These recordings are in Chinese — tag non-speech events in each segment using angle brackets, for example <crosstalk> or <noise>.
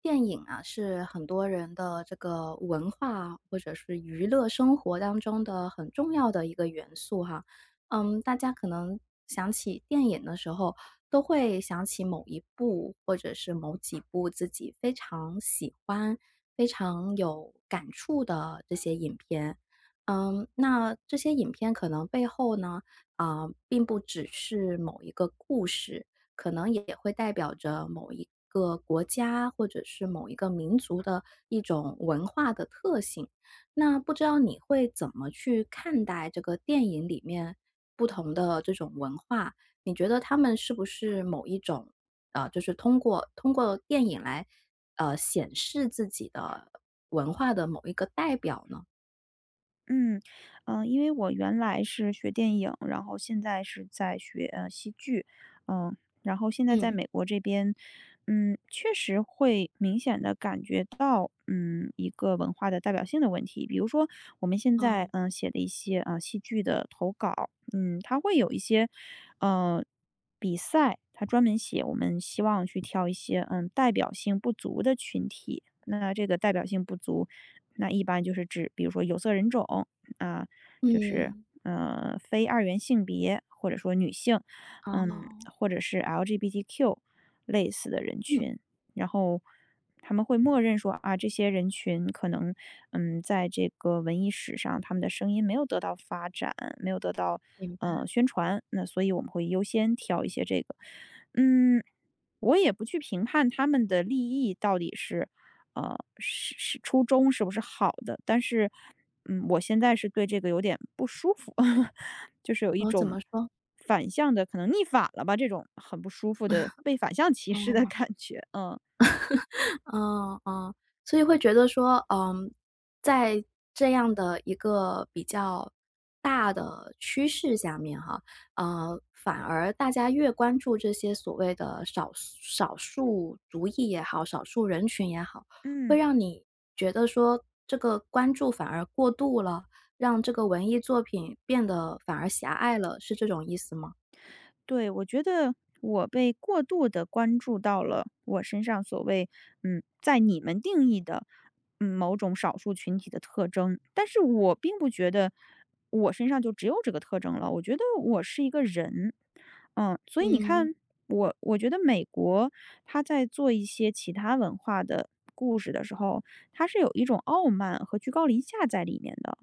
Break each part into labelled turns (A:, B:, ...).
A: 电影啊，是很多人的这个文化或者是娱乐生活当中的很重要的一个元素哈。嗯，大家可能想起电影的时候，都会想起某一部或者是某几部自己非常喜欢、非常有感触的这些影片。嗯，那这些影片可能背后呢，并不只是某一个故事，可能也会代表着某一个国家或者是某一个民族的一种文化的特性。那不知道你会怎么去看待这个电影里面不同的这种文化？你觉得他们是不是某一种，就是通过电影来，显示自己的文化的某一个代表呢？
B: 嗯，因为我原来是学电影，然后现在是在学戏剧，嗯、然后现在在
A: 嗯。
B: 美国这边，确实会明显的感觉到，一个文化的代表性的问题。比如说我们现在
A: 哦。
B: 写的一些戏剧的投稿，它会有一些，呃，比赛，它专门写我们希望去挑一些代表性不足的群体。那这个代表性不足，那一般就是指比如说有色人种啊，就是
A: 嗯。
B: 非二元性别或者说女性，
A: 哦。
B: 或者是 LGBTQ 类似的人
A: 嗯。
B: 群，然后他们会默认说啊，这些人群可能在这个文艺史上，他们的声音没有得到发展，没有得到
A: 明
B: 宣传，那所以我们会优先挑一些这个，嗯，我也不去评判他们的利益到底是是初衷是不是好的，但是，我现在是对这个有点不舒服，<laughs> 就是有一
A: 我怎
B: 种
A: 么说？
B: 反向的，可能逆反了吧，这种很不舒服的被反向 <laughs> 歧视的
A: 哦。
B: 感觉，嗯。
A: 嗯嗯，所以会觉得说，嗯，在这样的一个比较大的趋势下面哈，反而大家越关注这些所谓的少数族裔也好，少数人群也好，会
B: 嗯。
A: 让你觉得说这个关注反而过度了，让这个文艺作品变得反而狭隘了，是这种意思吗？
B: 对，我觉得我被过度的关注到了我身上所谓，在你们定义的，某种少数群体的特征，但是我并不觉得我身上就只有这个特征了，我觉得我是一个人。所以你
A: 嗯。
B: 看，我觉得美国它在做一些其他文化的故事的时候，它是有一种傲慢和居高临下在里面的。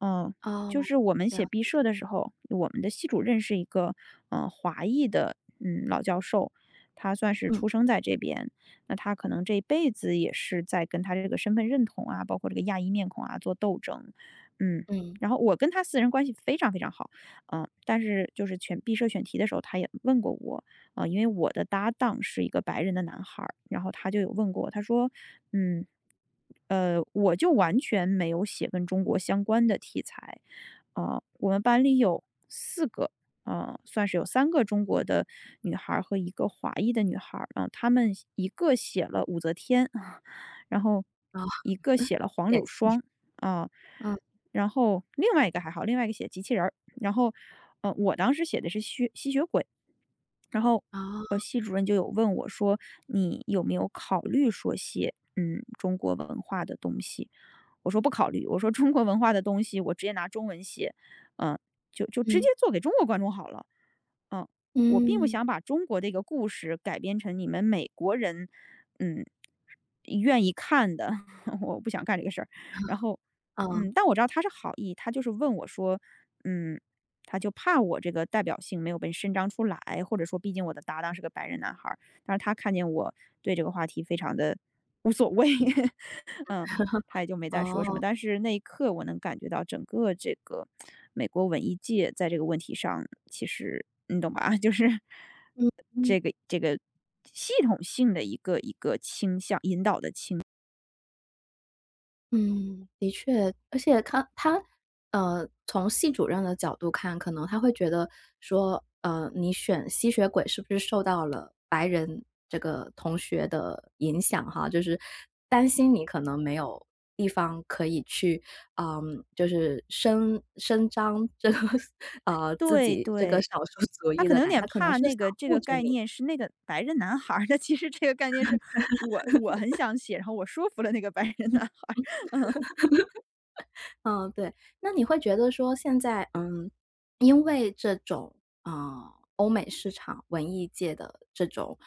B: 嗯，
A: 哦。
B: 就是我们写
A: 了。
B: 毕设的时候，我们的系主任是一个华裔的老教授，他算是
A: 嗯
B: 出生在这边，那他可能这一辈子也是在跟他这个身份认同啊，包括这个亚裔面孔啊做斗争，嗯。
A: 嗯。
B: 然后我跟他私人关系非常非常好，但是就是选毕设选题的时候，他也问过我，啊，因为我的搭档是一个白人的男孩儿，然后他就有问过我，他说，嗯，我就完全没有写跟中国相关的题材，啊、我们班里有四个，啊、算是有三个中国的女孩儿和一个华裔的女孩儿，啊、她们一个写了武则天，<laughs> 然后
A: 哦。
B: 一个写了黄
A: 典
B: 柳
A: 型。
B: 霜，啊、
A: 嗯。
B: 然后另外一个还好，另外一个写机器人儿。然后，我当时写的是吸血鬼，然后
A: 哦。
B: 系主任就有问我说，你有没有考虑说写中国文化的东西？我说不考虑，我说中国文化的东西我直接拿中文写，嗯、呃就直接
A: 嗯。
B: 做给中国观众好了。嗯，呃我并不
A: 嗯。
B: 想把中国的一个故事改编成你们美国人，嗯，愿意看的，<laughs> 我不想干这个事儿。然后，
A: 嗯。
B: 但我知道他是好意，他就是问我说，嗯，他就怕我这个代表性没有被伸张出来，或者说，毕竟我的搭档是个白人男孩儿，但是他看见我对这个话题非常的无所谓，<laughs> 嗯，他也就没再说什么。
A: 哦。
B: 但是那一刻，我能感觉到整个这个美国文艺界在这个问题上，其实你懂吧？<laughs> 就是
A: 嗯嗯，
B: 这个系统性的一个倾向引导的倾，
A: 啊，，的确，而且他，从系主任的角度看，可能他会觉得说，你选吸血鬼是不是受到了白人这个同学的影响哈，就是担心你可能没有地方可以去，嗯，就是伸张这个 <laughs>，自
B: 对，
A: 己这个
B: 对。
A: 少数族
B: 他
A: 裔
B: 可
A: 的
B: 能有
A: 感觉，
B: 点
A: 他可能
B: 怕
A: 是
B: 那
A: 想
B: 个这
A: 护
B: 个
A: 着
B: 概
A: 你。
B: 念是那个白人男孩儿的，其实这个概念是我很想写，然后我说服了那个白人男孩儿。
A: 嗯，对。那你会觉得说现在，嗯，因为这种，呃，欧美市场文艺界的这种，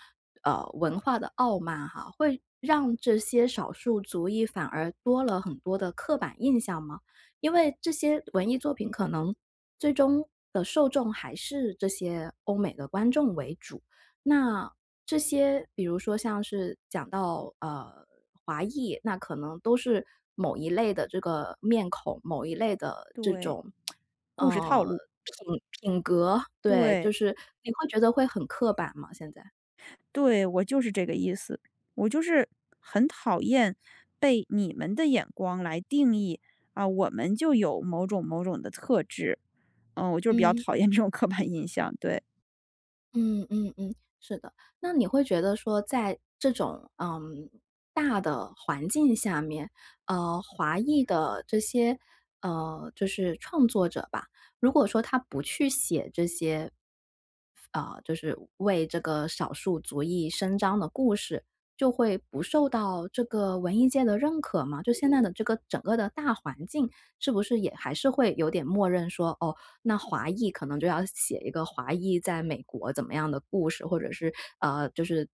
A: 文化的傲慢哈，会让这些少数族裔反而多了很多的刻板印象吗？因为这些文艺作品可能最终的受众还是这些欧美的观众为主。那这些比如说像是讲到，华裔，那可能都是某一类的这个面孔，某一类的这
B: 对，
A: 种，
B: 故事套
A: 呃，
B: 路，
A: 品格，对，就
B: 对。
A: 是你会觉得会很刻板吗，现在？
B: 对，我就是这个意思。我就是很讨厌被你们的眼光来定义啊，我们就有某种的特质。我就是比较
A: 嗯。
B: 讨厌这种刻板印象，对。
A: 嗯嗯嗯，是的。那你会觉得说在这种，嗯，大的环境下面，华裔的这些，就是创作者吧，如果说他不去写这些啊，就是为这个少数族裔伸张的故事，就会不受到这个文艺界的认可吗？就现在的这个整个的大环境，是不是也还是会有点默认说，哦，那华裔可能就要写一个华裔在美国怎么样的故事，或者是就是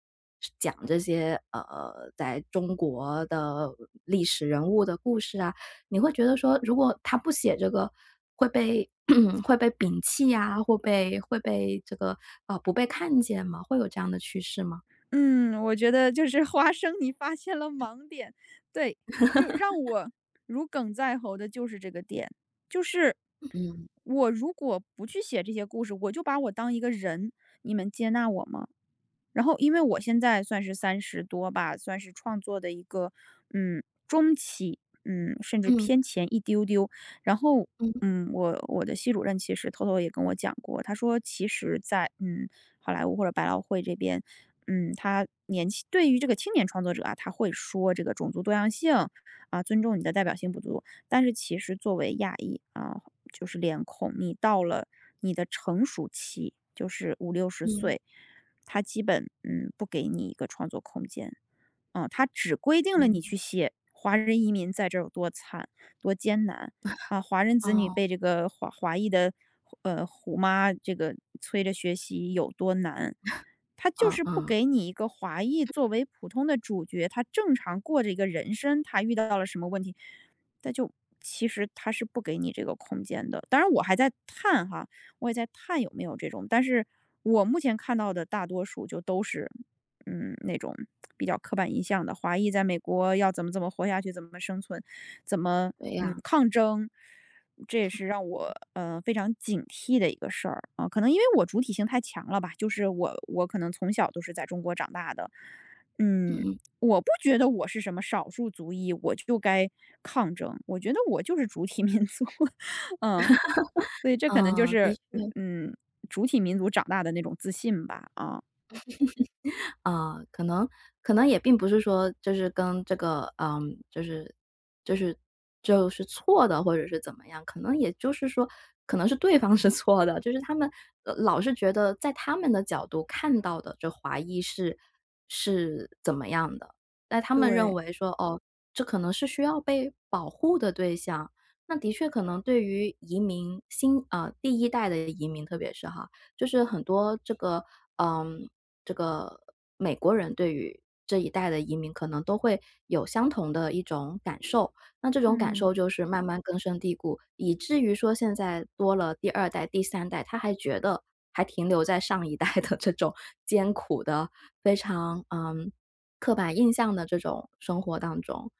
A: 讲这些在中国的历史人物的故事啊，你会觉得说，如果他不写这个，会被 <clears throat> 会被摒弃呀、会被这个不被看见吗？会有这样的趋势吗？
B: 嗯，我觉得就是 <laughs> 花生你发现了盲点，对，就让我如鲠在喉的就是这个点。就是
A: 嗯
B: 我如果不去写这些故事，我就把我当一个人，你们接纳我吗？然后因为我现在算是30多吧，算是创作的一个，中期，甚至
A: 嗯
B: 偏前一丢丢。然后，
A: 嗯
B: 我的系主任其实偷偷也跟我讲过，他说其实在，好莱坞或者百老汇这边，他年轻对于这个青年创作者啊，他会说这个种族多样性，啊，尊重你的代表性不足。但是其实作为亚裔啊，就是脸孔，你到了你的成熟期，就是五六十
A: 嗯
B: 岁，他基本不给你一个创作空间，他只规定了
A: 嗯。
B: 你去写华人移民在这儿有多惨、多艰难啊，华人子女
A: 哦。
B: 被这个华裔的虎妈这个催着学习有多难，他就
A: 嗯
B: 是不
A: 嗯。
B: 给你一个华裔作为普通的主角，他正常过着一个人生，他遇到了什么问题，但就其实他是不给你这个空间的。当然，我还在探哈，我也在看有没有这种，但是我目前看到的大多数就都是，那种比较刻板印象的华裔在美国要怎么活下去，怎么生存，怎么
A: 对呀、
B: 抗争，这也是让我非常警惕的一个事儿啊。可能因为我主体性太强了吧，就是我可能从小都是在中国长大的，嗯，
A: 嗯嗯，
B: 我不觉得我是什么少数族裔，我就该抗争。我觉得我就是主体 <laughs> 民族，<laughs> 嗯。所以这可能就
A: 的
B: 是
A: 确。
B: 嗯，主体民族长大的那种自信吧，啊，
A: 啊，可能可能也并不是说就是跟这个，嗯，就是就是就是错的，或者是怎么样，可能也就是说，可能是对方是错的，就是他们，老是觉得在他们的角度看到的这华裔是是怎么样的，那他们认
B: 对，
A: 为说，哦，这可能是需要被保护的对象。那的确可能对于移民新啊第一代的移民，特别是哈，就是很多这个，嗯，这个美国人对于这一代的移民可能都会有相同的一种感受，那这种感
B: 嗯，
A: 受就是慢慢根深蒂固，以至于说现在多了第二代、第三代，他还觉得还停留在上一代的这种艰苦的、非常，嗯，刻板印象的这种生活当中。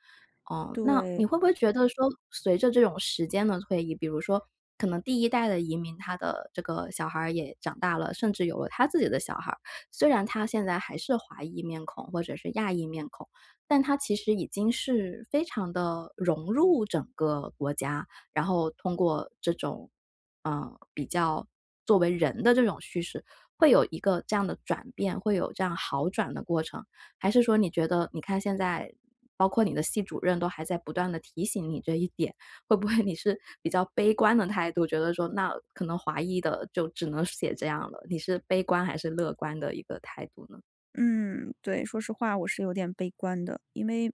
A: 哦，那你
B: 对。
A: 会不会觉得说随着这种时间的推移，比如说可能第一代的移民，他的这个小孩儿也长大了，甚至有了他自己的小孩虽然他现在还是华裔面孔或者是亚裔面孔，但他其实已经是非常的融入整个国家，然后通过这种，比较作为人的这种叙事，会有一个这样的转变，会有这样好转的过程？还是说你觉得你看现在包括你的系主任都还在不断地提醒你这一点，会不会你是比较悲观的态度，觉得说那可能华裔的就只能写这样了，你是悲观还是乐观的一个态度呢？
B: 嗯，对，说实话，我是有点悲观的，因为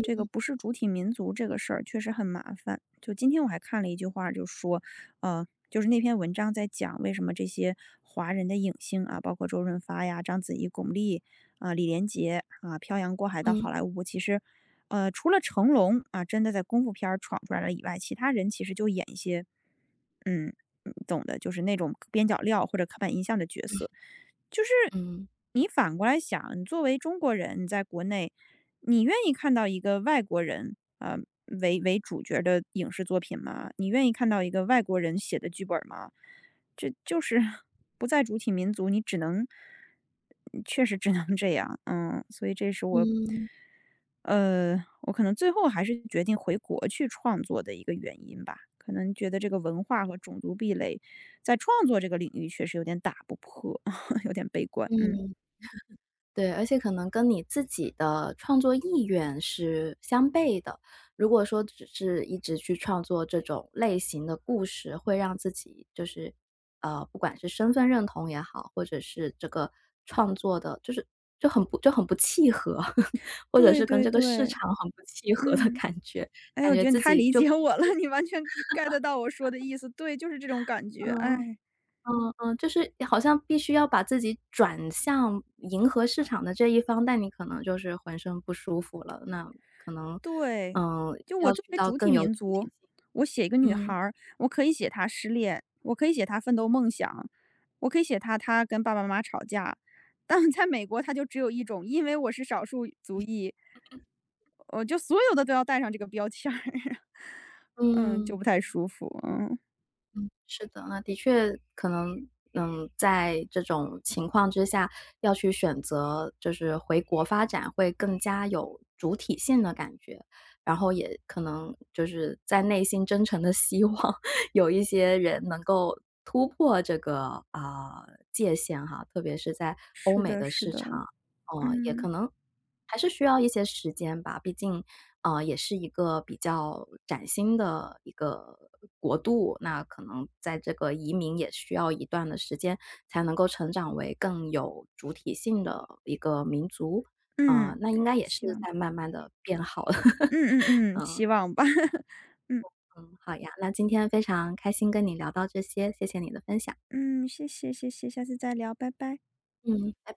B: 这个不是主体民族这个事儿确实很麻烦。就今天我还看了一句话，就说，就是那篇文章在讲为什么这些华人的影星啊，包括周润发呀、章子怡、巩俐啊、李连杰啊，漂洋过海到
A: 嗯。
B: 好莱坞，其实，除了成龙啊，真的在功夫片儿闯出来了以外，其他人其实就演一些，嗯，懂的，就是那种边角料或者刻板印象的角色。就是
A: 嗯。
B: 你反过来想，你作为中国人，你在国内，你愿意看到一个外国人为主角的影视作品吗？你愿意看到一个外国人写的剧本吗？这就是 <laughs> 不在主体民族，你只能确实只能这样，所以这是我，
A: 嗯
B: 我可能最后还是决定回国去创作的一个原因吧。可能觉得这个文化和种族壁垒，在创作这个领域确实有点打不破。有点悲观，嗯，
A: 嗯。对，而且可能跟你自己的创作意愿是相悖的。如果说只是一直去创作这种类型的故事，会让自己就是，不管是身份认同也好，或者是这个创作的，就是就很不契合，<laughs> 或者
B: 对，
A: 是跟
B: 对，
A: 这个市
B: 对，
A: 场很不契合的
B: 嗯，
A: 感觉，
B: 哎，
A: 感
B: 我
A: 觉
B: 觉得你
A: 自
B: 太
A: 己
B: 理
A: 就必
B: 解我
A: 须
B: 了，<laughs> 你完全 get 到我说的意思，对，就是这种感觉，
A: 嗯。
B: 哎，
A: 嗯嗯，就是好像必须要把自己转向迎合市场的这一方，但你可能就是浑身不舒服了，那可能，
B: 对，
A: 嗯，
B: 就
A: 要
B: 我作
A: 去
B: 为
A: 到
B: 主
A: 更
B: 体
A: 有主
B: 民
A: 体
B: 族，
A: 性。
B: 我写一个女孩
A: 嗯。
B: 儿，我可以写她失恋，我可以写她奋斗梦想，我可以写她跟爸爸妈妈吵架，但在美国她就只有一种，因为我是少数族裔，我就所有的都要带上这个标签儿，<laughs> 嗯，就
A: 嗯。
B: 不太舒服，嗯，
A: 是的，那的确可能，嗯，在这种情况之下，要去选择就是回国发展会更加有主体性的感觉，然后也可能就是在内心真诚的希望 <laughs> 有一些人能够突破这个，啊，界限哈，特别是在欧
B: 是
A: 美
B: 的，
A: 的
B: 是
A: 市
B: 的，
A: 场。也可
B: 嗯。
A: 能还是需要一些时间吧，毕竟，也是一个比较崭新的一个国度，那可能在这个移民也需要一段的时间才能够成长为更有主体性的一个民族，啊，
B: 嗯，
A: 那应该也是
B: 希望
A: 在
B: 吧。
A: 慢慢的变好了。
B: 嗯，
A: <laughs>
B: 嗯，嗯，希望吧。<laughs> 嗯，
A: 嗯，好呀，那今天非常开心跟你聊到这些，谢谢你的分享。
B: 嗯，谢谢，谢谢，下次再聊，拜拜。
A: 嗯，拜拜。